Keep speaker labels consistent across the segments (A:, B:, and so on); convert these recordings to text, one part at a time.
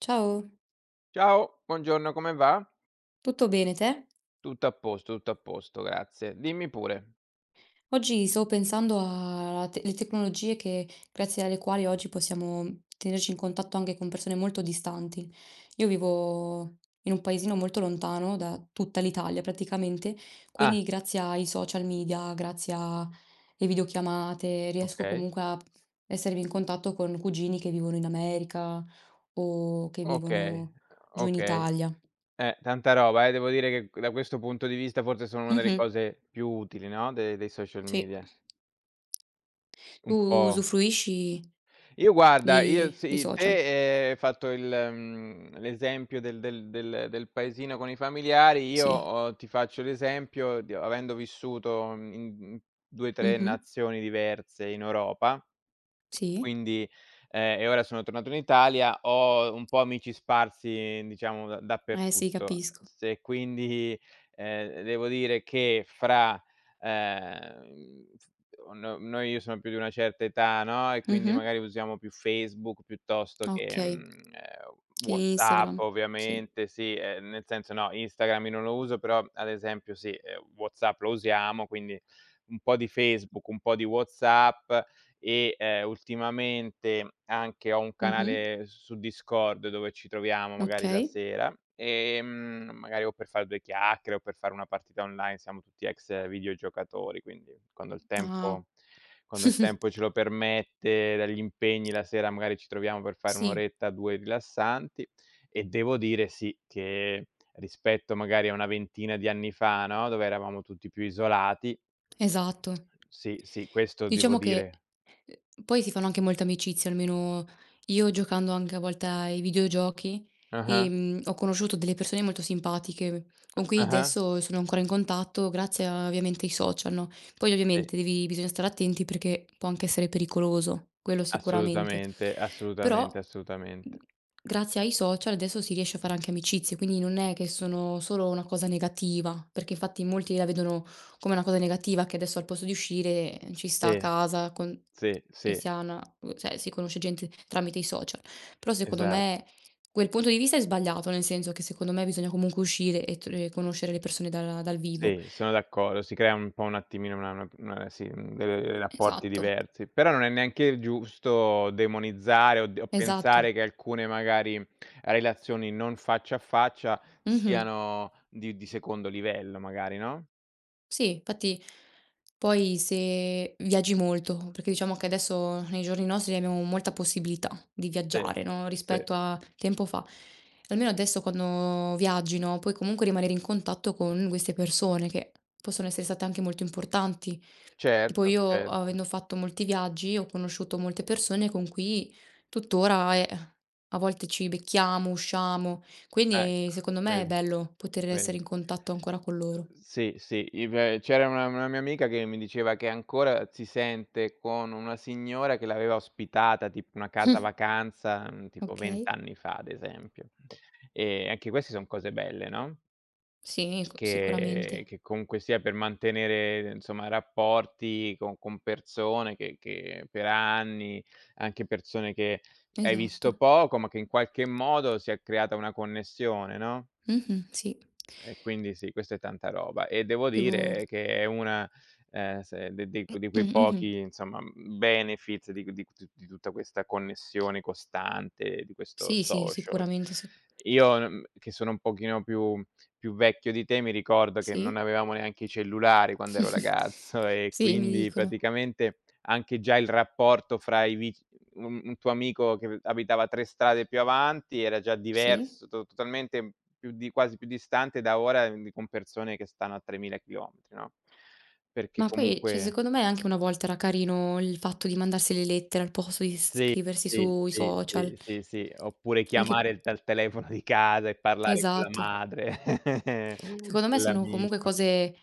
A: Ciao,
B: Ciao, buongiorno, come va?
A: tutto bene te?
B: Tutto a posto, grazie. Dimmi pure.
A: Oggi stavo pensando alle tecnologie grazie alle quali oggi possiamo tenerci in contatto anche con persone molto distanti. Io vivo in un paesino molto lontano da tutta l'Italia praticamente,
B: Ah,
A: quindi grazie ai social media, grazie alle videochiamate, riesco
B: okay,
A: comunque a essermi in contatto con cugini che vivono in America o che
B: okay,
A: vivono giù in
B: okay.
A: Italia.
B: Tanta roba, devo dire che da questo punto di vista forse sono una delle
A: Mhm,
B: cose più utili, no, de dei social
A: sì.
B: media.
A: Tu
B: Un po'.
A: usufruisci?
B: Io guarda, io
A: Di
B: sì,
A: social,
B: te, hai fatto il l'esempio del paesino con i familiari, io,
A: sì.
B: ti faccio l'esempio di avendo vissuto in in 2, 3
A: Mh-mh.
B: nazioni diverse in Europa,
A: Sì.
B: quindi e ora sono tornato in Italia, ho un po' amici sparsi, diciamo, da
A: Eh sì,
B: dappertutto.
A: capisco.
B: Se quindi, devo dire che fra Ehm, no noi io sono più di una certa età, no, e quindi
A: Mh-mh.
B: magari usiamo più Facebook piuttosto che,
A: Okay. Che
B: WhatsApp
A: Instagram, sì.
B: ovviamente, sì, nel senso no, Instagram io non lo uso, però ad esempio sì, WhatsApp lo usiamo, quindi un po' di Facebook, un po' di WhatsApp e, ultimamente anche ho un
A: Mh-mh.
B: canale su Discord dove ci troviamo magari la
A: Okay.
B: sera, magari o per fare 2 chiacchiere o per fare una partita online, siamo tutti ex videogiocatori, quindi quando il
A: Ah.
B: tempo quando il tempo ce lo permette, dagli impegni la sera magari ci troviamo per fare 1
A: Sì.
B: oretta, 2 rilassanti. E devo dire sì, che rispetto magari a una ventina di anni fa, no, dove eravamo tutti più isolati,
A: Esatto.
B: sì, sì, questo devo
A: Diciamo che,
B: dire.
A: poi si fanno anche molte amicizie, almeno io giocando anche a volte ai videogiochi,
B: Ah-ah.
A: ho conosciuto delle persone molto simpatiche con cui
B: Ah-ah,
A: adesso sono ancora in contatto grazie a ovviamente ai social, no, poi
B: sì,
A: ovviamente devi bisogna stare attenti perché può anche essere pericoloso, quello sicuramente.
B: assolutamente, assolutamente,
A: Però, mhmm,
B: assolutamente.
A: grazie ai social adesso si riesce a fare anche amicizie, quindi non è che sono solo una cosa negativa, perché infatti molti la vedono come una cosa negativa che adesso al posto di uscire ci sta a
B: Sì,
A: casa con
B: sì,
A: e
B: sì,
A: si ha una cioè si conosce gente tramite i social. Però secondo
B: esatto.
A: me quel punto di vista è sbagliato, nel senso che secondo me bisogna comunque uscire e tr e conoscere le persone da dal vivo.
B: Sì, sono d'accordo, si crea un po' un attimino una sì, dei rapporti
A: Esatto,
B: diversi. Però non è neanche giusto demonizzare o
A: esatto.
B: pensare che alcune magari relazioni non faccia a faccia
A: Mh-mh.
B: siano di secondo livello magari, no?
A: Sì, infatti poi se viaggi molto, perché diciamo che adesso nei giorni nostri abbiamo molta possibilità di
B: Sì,
A: viaggiare, no,
B: sì,
A: rispetto a tempo fa. Almeno adesso quando viaggi, no, puoi comunque rimanere in contatto con queste persone che possono essere state anche molto importanti. Tipo
B: certo,
A: io,
B: certo.
A: avendo fatto molti viaggi, ho conosciuto molte persone con cui tuttora, a volte ci becchiamo, usciamo, quindi
B: Ecco,
A: secondo me è
B: vedi.
A: bello poter essere
B: Vedi?
A: in contatto ancora con loro.
B: S sì, sì, i beh, c'era una mia amica che mi diceva che ancora si sente con una signora che l'aveva ospitata, tipo una casa vacanza, tipo 20
A: Okay.
B: anni fa, ad esempio. E anche queste son cose belle, no,
A: Sì, cu
B: che
A: sicuramente.
B: che comunque sia per mantenere, insomma, rapporti con persone che per anni, anche persone che hai visto
A: Esatto.
B: poco, ma che in qualche modo si è creata una connessione, no?
A: Mh-mh, sì.
B: E quindi sì, questa è tanta roba. E devo
A: Devo
B: dire che è una, se de de di quei
A: mh-mh.
B: pochi, insomma, benefit di tutta questa connessione costante, di questo
A: Sì, sì,
B: social.
A: sicuramente s
B: Io, che sono un pochino più vecchio di te, mi ricordo che non
A: sì.
B: avevamo neanche i cellulari quando ero ragazzo e
A: Sì, mi
B: quindi
A: dicono.
B: praticamente anche già il rapporto fra i vi un tuo amico che abitava 3 strade più avanti, era già
A: Sì.
B: diverso, to totalmente più di quasi più distante da ora, quindi con persone che stanno a 3.000 km, no, perché
A: Ma poi, cioè,
B: comunque
A: secondo me anche una volta era carino il fatto di mandarsi le lettere al posto di
B: sì,
A: scriversi
B: sì,
A: sui
B: sì,
A: social.
B: sì, sì, sì, oppure
A: Anche
B: chiamare dal telefono di casa e parlare con la
A: esatto.
B: madre
A: Secondo me sono comunque
B: dell'amico.
A: cose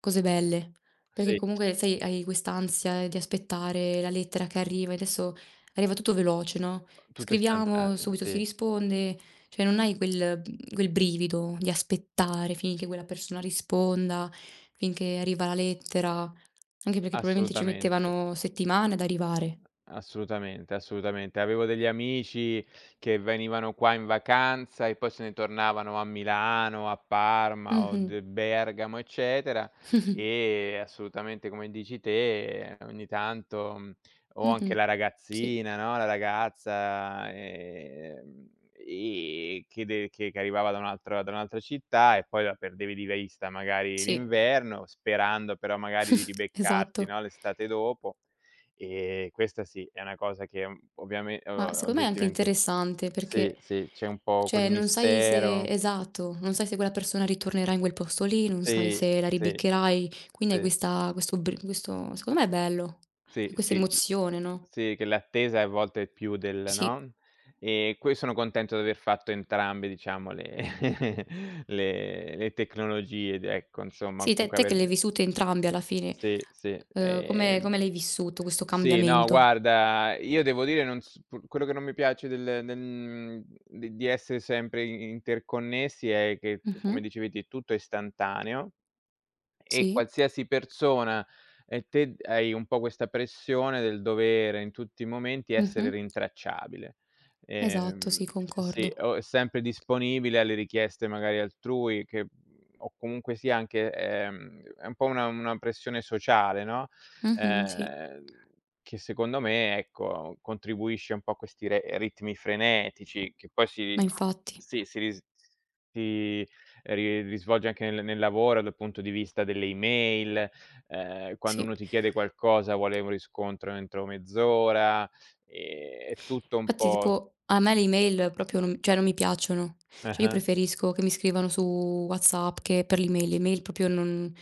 A: cose belle, perché
B: Sì,
A: comunque sai hai quest'ansia di aspettare la lettera che arriva e adesso arriva tutto veloce, no,
B: tutto
A: scriviamo,
B: istantaneo,
A: subito si
B: sì,
A: risponde, cioè non hai quel brivido di aspettare finché quella persona risponda, finché arriva la lettera, anche perché probabilmente ci
B: assolutamente.
A: mettevano settimane ad arrivare.
B: Assolutamente, assolutamente. Avevo degli amici che venivano qua in vacanza e poi se ne tornavano a Milano, a Parma o
A: Mh-mh.
B: de Bergamo, eccetera,
A: Mh-mh.
B: e assolutamente come dici te, ogni tanto, o anche
A: Mh-mh.
B: la
A: Sì,
B: ragazzina, no, la ragazza, e che de che arrivava da un'altra città e poi la perdevi di vista magari
A: sì,
B: l'inverno, sperando però magari di ribeccarti,
A: esatto.
B: no, l'estate dopo. Questa sì, è una cosa che, ovviamen
A: Ma
B: o
A: secondo me è anche
B: oggettivamente
A: interessante
B: sì,
A: perché,
B: sì, c'è un po' quel
A: cioè, non sai se
B: mistero.
A: esatto, non sai se quella persona ritornerà in quel posto lì, non sai
B: Sì,
A: se la
B: sì,
A: ribeccherai, quindi hai
B: sì,
A: questo, secondo me è bello, hai
B: sì,
A: questa
B: sì, l
A: emozione, no?
B: sì, che l'attesa è a volte è più del
A: Sì,
B: no, e qui sono contento di aver fatto entrambe, diciamo, le le tecnologie ed ecco, insomma,
A: sì, te,
B: comunque
A: te che le hai
B: aver.
A: vissute entrambe alla fine,
B: Sì, sì,
A: come,
B: ehm
A: come l'hai vissuto questo
B: Sì, no
A: cambiamento?
B: guarda, io devo dire non s p quello che non mi piace del di essere sempre i interconnessi è che, come
A: Mhm,
B: dicevi te, tutto è istantaneo e
A: sì,
B: qualsiasi persona e te hai un po' questa pressione del dovere in tutti i momenti essere
A: mhm,
B: rintracciabile.
A: esatto, sì,
B: Ehm, sì,
A: concordo.
B: o sempre disponibile alle richieste magari altrui che o comunque sia anche, è un po' una pressione sociale, no,
A: Mhm, sì,
B: ehm, che secondo me, ecco, contribuisce un po' a questi re ritmi frenetici che poi
A: ma
B: si
A: infatti,
B: sì, si ris si ri risvolge anche nel lavoro, dal punto di vista delle email, quando
A: sì.
B: uno ti chiede qualcosa vuole un riscontro entro mezz'ora, è tutto un
A: Infatti
B: po'
A: tipo a me le email proprio non cioè non mi piacciono. Cioè io
B: ah-ah,
A: preferisco che mi scrivano su WhatsApp che per l'email. L'email proprio non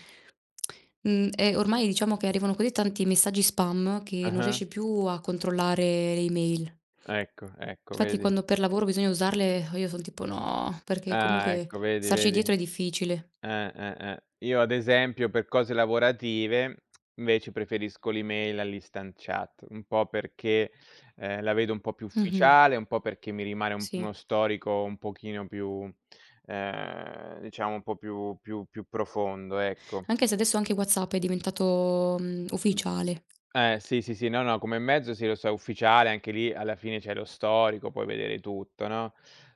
A: mhmm, e ormai diciamo che arrivano così tanti messaggi spam che non
B: ah-ah,
A: riesci più a controllare le email.
B: ecco, ecco,
A: Infatti
B: vedi.
A: quando per lavoro bisogna usarle, io son tipo: "No", perché
B: Ah,
A: comunque
B: ecco, vedi,
A: starci
B: vedi.
A: dietro è difficile.
B: Eh. Io ad esempio per cose lavorative invece preferisco l'email all'instant chat, un po' perché, la vedo un po' più
A: Mh-mh.
B: ufficiale, un po' perché mi rimane un
A: Sì.
B: uno storico un pochino più, diciamo un po' più profondo, ecco.
A: Anche se adesso anche WhatsApp è diventato, ufficiale.
B: Sì, sì, sì, no, no, come mezzo sì, lo so, è ufficiale, anche lì alla fine c'è lo storico, puoi vedere tutto, no,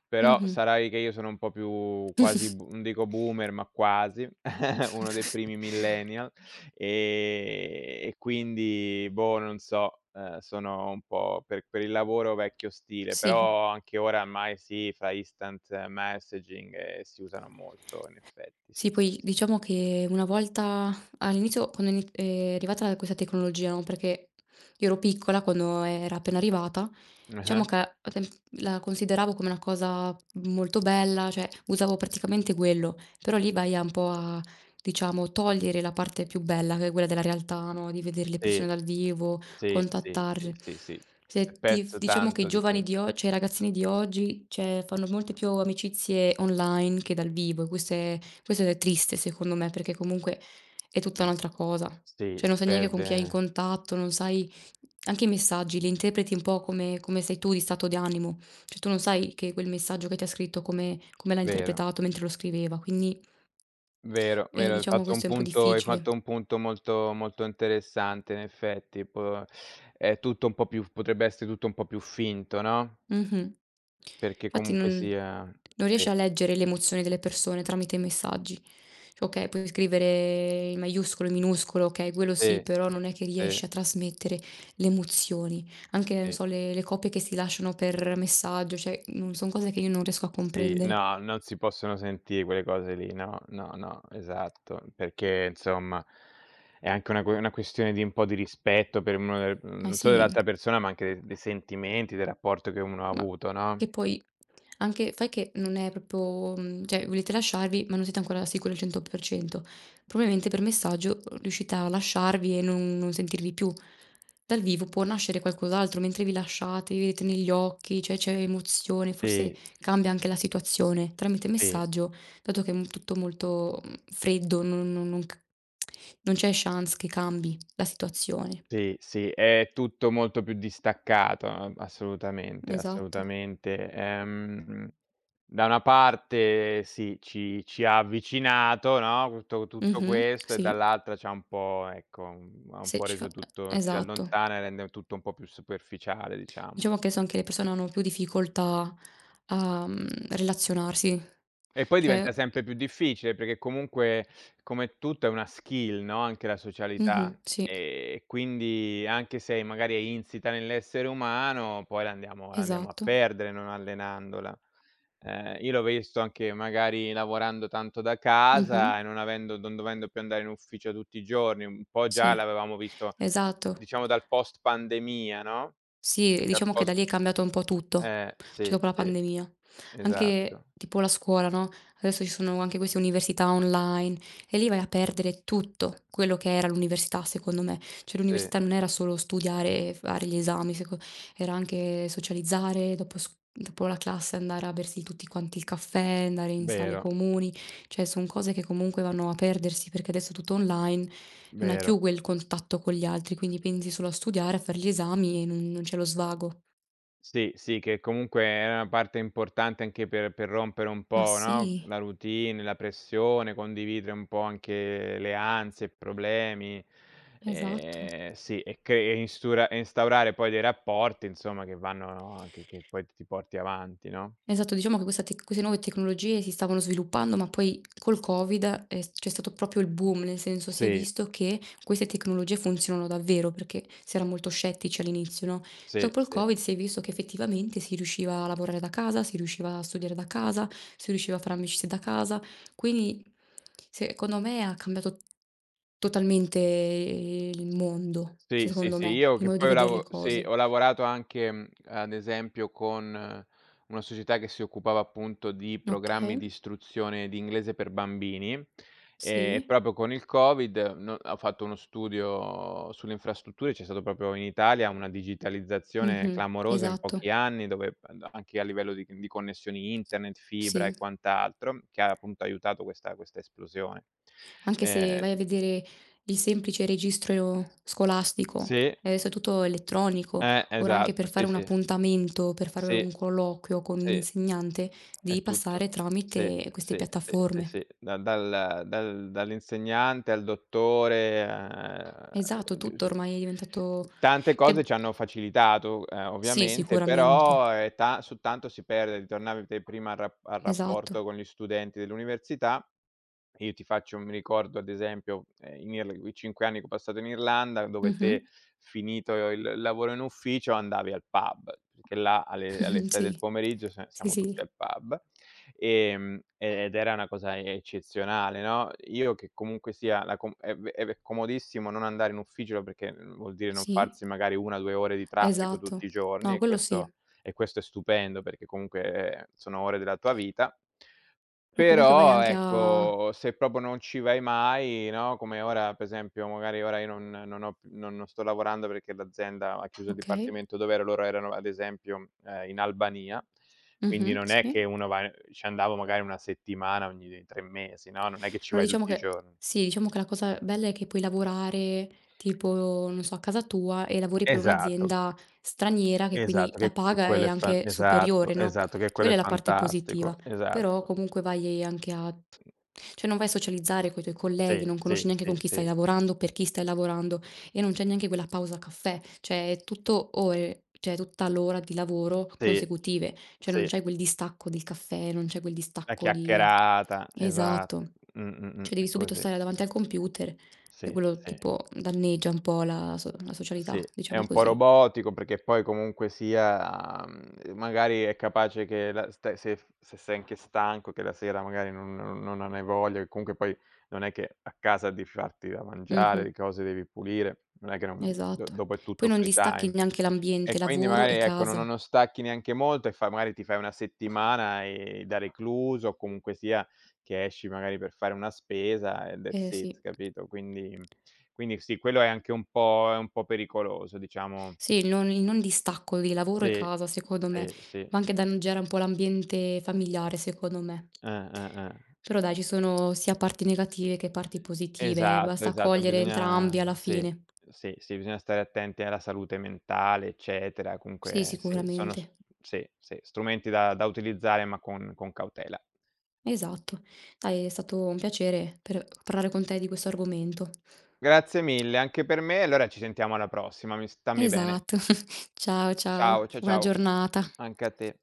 B: però
A: Mh-mh.
B: sarai che io sono un po' più quasi b non dico boomer, ma quasi, uno dei primi millennial, e quindi boh, non so, sono un po' per il lavoro vecchio stile,
A: Sì.
B: però anche ora ormai sì, fra instant messaging, si usano molto in effetti, sì,
A: Sì,
B: sì,
A: poi
B: sì.
A: diciamo che una volta all'inizio quando è arrivata questa tecnologia, no, perché io ero piccola quando era appena arrivata, diciamo
B: Mh-mh,
A: che a tem la consideravo come una cosa molto bella, cioè usavo praticamente quello, però lì vai a un po' a, diciamo, togliere la parte più bella, che è quella della realtà, no, di vedere le
B: sì.
A: persone dal vivo,
B: Sì, sì, sì,
A: contattarle.
B: sì, sì.
A: Se
B: S'è
A: ti f
B: perso
A: diciamo che i
B: tanto di
A: giovani di
B: questo.
A: o cioè i ragazzini di oggi, cioè fanno molte più amicizie online che dal vivo e questo è triste secondo me, perché comunque è tutta
B: Sì.
A: un'altra cosa.
B: Sì,
A: Cioè non
B: si
A: sai neanche con chi hai in
B: perde
A: contatto, non sai anche i messaggi li interpreti un po' come sei tu di stato di animo. Cioè tu non sai che quel messaggio che ti ha scritto come l'ha
B: vero,
A: interpretato mentre lo scriveva, quindi,
B: vero, vero, hai
A: diciamo
B: fatto
A: questo
B: un
A: è un po'
B: punto hai
A: difficile.
B: fatto un punto molto molto interessante in effetti. Po è tutto un po' più potrebbe essere tutto un po' più finto, no,
A: Mh-mh.
B: perché
A: Infatti
B: comunque
A: non
B: sia
A: non
B: sì,
A: riesci a leggere l'emozione delle persone tramite i messaggi. Cioè okay, puoi scrivere in maiuscolo, in minuscolo, okay, quello sì,
B: sì,
A: però non è che
B: sì,
A: riesci a trasmettere le emozioni. Anche, non
B: sì.
A: so, le copie che si lasciano per messaggio, cioè, non son cose che io non riesco a
B: Sì,
A: comprendere.
B: no, non si possono sentire quelle cose lì, no, no, no, esatto, perché insomma è anche una questione di un po' di rispetto per uno
A: Ma
B: non solo
A: sì.
B: dell'altra persona, ma anche de dei sentimenti, del rapporto che uno ha
A: Ma
B: avuto, no?
A: che poi anche fai che non è proprio cioè volete lasciarvi, ma non siete ancora sicuri al 100%. Probabilmente per messaggio riuscite a lasciarvi e non sentirvi più. Dal vivo può nascere qualcos'altro, mentre vi lasciate, vi vedete negli occhi, cioè c'è emozione, forse
B: Sì,
A: cambia anche la situazione. Tramite
B: sì.
A: messaggio, dato che è m tutto molto, freddo, non c'è chance che cambi la situazione.
B: Sì, sì, è tutto molto più distaccato, a assolutamente,
A: Esatto.
B: assolutamente. Da una parte sì, ci ha avvicinato, no, tutto
A: Mh-mh,
B: questo e
A: sì,
B: dall'altra c'ha un po' ecco, ha un
A: se
B: po'
A: ci fa
B: reso tutto ci
A: esatto.
B: allontana e rende tutto un po' più superficiale, diciamo.
A: Diciamo che so anche le persone hanno più difficoltà a, relazionarsi.
B: E poi diventa
A: Cioè
B: sempre più difficile, perché comunque come tutto è una skill, no, anche la socialità.
A: mh-mh, sì,
B: E quindi anche se magari è insita nell'essere umano, poi la andiamo a
A: esatto.
B: perdere non allenandola. Io l'ho visto anche magari lavorando tanto da
A: Mh-mh,
B: casa e non avendo non dovendo più andare in ufficio tutti i giorni, un po' già
A: sì,
B: l'avevamo visto,
A: esatto.
B: diciamo dal post pandemia, no,
A: Sì,
B: dal
A: diciamo che da
B: post
A: lì è cambiato un po' tutto, cioè
B: sì,
A: dopo la
B: sì,
A: pandemia. Anche
B: esatto.
A: tipo la scuola, no, adesso ci sono anche queste università online e lì vai a perdere tutto quello che era l'università, secondo me. Cioè
B: Sì,
A: l'università non era solo studiare e fare gli esami, seco era anche socializzare, dopo la classe andare a bersi tutti quanti il caffè, andare in sale
B: vero,
A: comuni, cioè son cose che comunque vanno a perdersi perché adesso è tutto online. Non hai
B: vero.
A: più quel contatto con gli altri, quindi pensi solo a studiare, a fare gli esami e non c'è lo svago.
B: Sì, sì, che comunque era una parte importante anche per rompere un
A: Ma
B: po', no,
A: sì,
B: la routine, la pressione, condividere un po' anche le ansie, i problemi,
A: esatto.
B: sì, e cre e instura e instaurare poi dei rapporti, insomma, che vanno no? Che poi ti porti avanti, no?
A: Esatto, diciamo che questa tec queste nuove tecnologie si stavano sviluppando, ma poi col Covid è s c'è stato proprio il boom, nel senso si è
B: Sì,
A: visto che queste tecnologie funzionano davvero, perché si era molto scettici all'inizio, no,
B: sì,
A: dopo il
B: sì.
A: Covid si è visto che effettivamente si riusciva a lavorare da casa, si riusciva a studiare da casa, si riusciva a fare amicizie da casa, quindi secondo me ha cambiato totalmente il mondo,
B: Sì, sì,
A: secondo
B: sì,
A: me,
B: io
A: il
B: che
A: modo di
B: poi ho
A: veder le
B: lavo sì,
A: cose.
B: ho lavorato anche, ad esempio con una società che si occupava appunto di programmi
A: Okay,
B: di istruzione di inglese per bambini, e
A: sì,
B: proprio con il Covid no ho fatto uno studio sulle infrastrutture, c'è stato proprio in Italia una digitalizzazione
A: mh-mh,
B: clamorosa in
A: esatto.
B: pochi anni, dove ad anche a livello di connessioni internet, fibra
A: Sì,
B: e quant'altro, che ha appunto aiutato questa esplosione.
A: anche se
B: Ehm
A: vai a vedere il semplice registro scolastico,
B: sì,
A: adesso è tutto elettronico, ora anche
B: esatto,
A: per fare
B: sì,
A: un
B: sì.
A: appuntamento, per fare
B: Sì,
A: un colloquio con un
B: sì,
A: insegnante, devi
B: è tutto.
A: passare
B: Sì,
A: tramite queste
B: sì, sì, sì,
A: piattaforme.
B: sì, da dal dal dall'insegnante al dottore, a
A: Esatto, tutto ormai è diventato
B: tante cose
A: che
B: ci hanno facilitato,
A: sì,
B: ovviamente,
A: sicuramente.
B: però è ta su tanto si perde. Ritornavi te prima al rap al
A: Esatto.
B: rapporto con gli studenti dell'università. Io ti faccio un ricordo, ad esempio, in Irla i 5 anni che ho passato in Irlanda, dove
A: Mh-mh.
B: te finito il lavoro in ufficio andavi al pub, perché là alle 6 del
A: Sì.
B: pomeriggio se
A: Sì,
B: siamo tutti
A: sì.
B: al pub. Ed era una cosa eccezionale, no, io che comunque sia la com è v è comodissimo non andare in ufficio perché vuol dire non
A: Sì,
B: farsi magari 1, 2 ore di traffico
A: esatto.
B: tutti i giorni
A: No,
B: e
A: quello sì.
B: questo e questo è stupendo perché comunque, sono ore della tua vita.
A: Però comunque vai
B: Però
A: anche a
B: ecco, se proprio non ci vai mai, no, come ora per esempio magari ora io non non ho più non sto lavorando perché l'azienda ha chiuso il
A: okay.
B: dipartimento dov'ero, loro erano ad esempio, in Albania, quindi
A: Mh-mh,
B: non è
A: sì.
B: che uno va ci andavo magari 1 settimana ogni 3 mesi, no, non è che ci
A: Allora
B: vai
A: diciamo
B: tutti i
A: che
B: giorni.
A: sì, diciamo che la cosa bella è che puoi lavorare tipo, non so, a casa tua e lavori per
B: Esatto,
A: un'azienda straniera che quindi
B: esatto,
A: la
B: che
A: paga è
B: quello è fan
A: anche superiore,
B: esatto,
A: no,
B: esatto, che quello
A: quella
B: è
A: è la parte positiva.
B: fantastico,
A: Però
B: esatto.
A: comunque vai anche a cioè non vai a socializzare coi tuoi colleghi,
B: Sì,
A: non conosci
B: sì,
A: neanche con
B: sì,
A: chi stai
B: sì,
A: lavorando, per chi stai lavorando e non c'è neanche quella pausa caffè, cioè è tutto ore cioè è tutta l'ora di lavoro
B: sì,
A: consecutive. Cioè non
B: sì.
A: c'è quel distacco del caffè, non c'è quel
B: La
A: distacco di
B: chiacchierata. esat
A: esatto.
B: mh, mh, mh,
A: Cioè devi
B: è
A: subito
B: così.
A: stare davanti al computer e
B: Sì,
A: quello
B: sì.
A: tipo danneggia un po' la socialità,
B: Sì, è
A: diciamo
B: un po'
A: così.
B: robotico perché poi comunque sia, magari è capace che la st se f se sei anche stanco, che la sera magari non hai voglia, che comunque poi non è che a casa devi farti da mangiare,
A: Mh-mh,
B: le cose devi pulire, non è che non do
A: esatto.
B: dopo è
A: Poi
B: tutto
A: non
B: free
A: distacchi
B: time.
A: neanche l'ambiente
B: E quindi
A: lavoro
B: magari
A: e
B: ecco, no
A: casa.
B: non stacchi neanche molto e fa magari ti fai una settimana, da recluso o comunque sia che esci magari per fare una spesa e that's
A: Eh
B: it,
A: sì.
B: capito? Quindi sì, quello è anche un po' pericoloso, diciamo.
A: Sì, il non distacco di lavoro e
B: Sì,
A: casa secondo me,
B: sì, sì.
A: ma anche danneggiare un po' l'ambiente familiare secondo me.
B: Eh.
A: Però dai, ci sono sia parti negative che parti positive,
B: Esatto,
A: basta
B: esatto,
A: cogliere entrambi
B: bisogna
A: alla
B: sì,
A: fine.
B: sì, sì, bisogna stare attenti alla salute mentale, eccetera.
A: Sì,
B: Comunque sì, sono s
A: sicuramente.
B: sì, sì, strumenti da utilizzare, ma con cautela.
A: Esatto. Dai, è stato un piacere per parlare con te di questo argomento.
B: Grazie mille anche per me, allora ci sentiamo alla prossima, mi stammi bene.
A: Esatto. Ciao, ciao.
B: Ciao, cia
A: Buona
B: ciao,
A: giornata.
B: anche a te.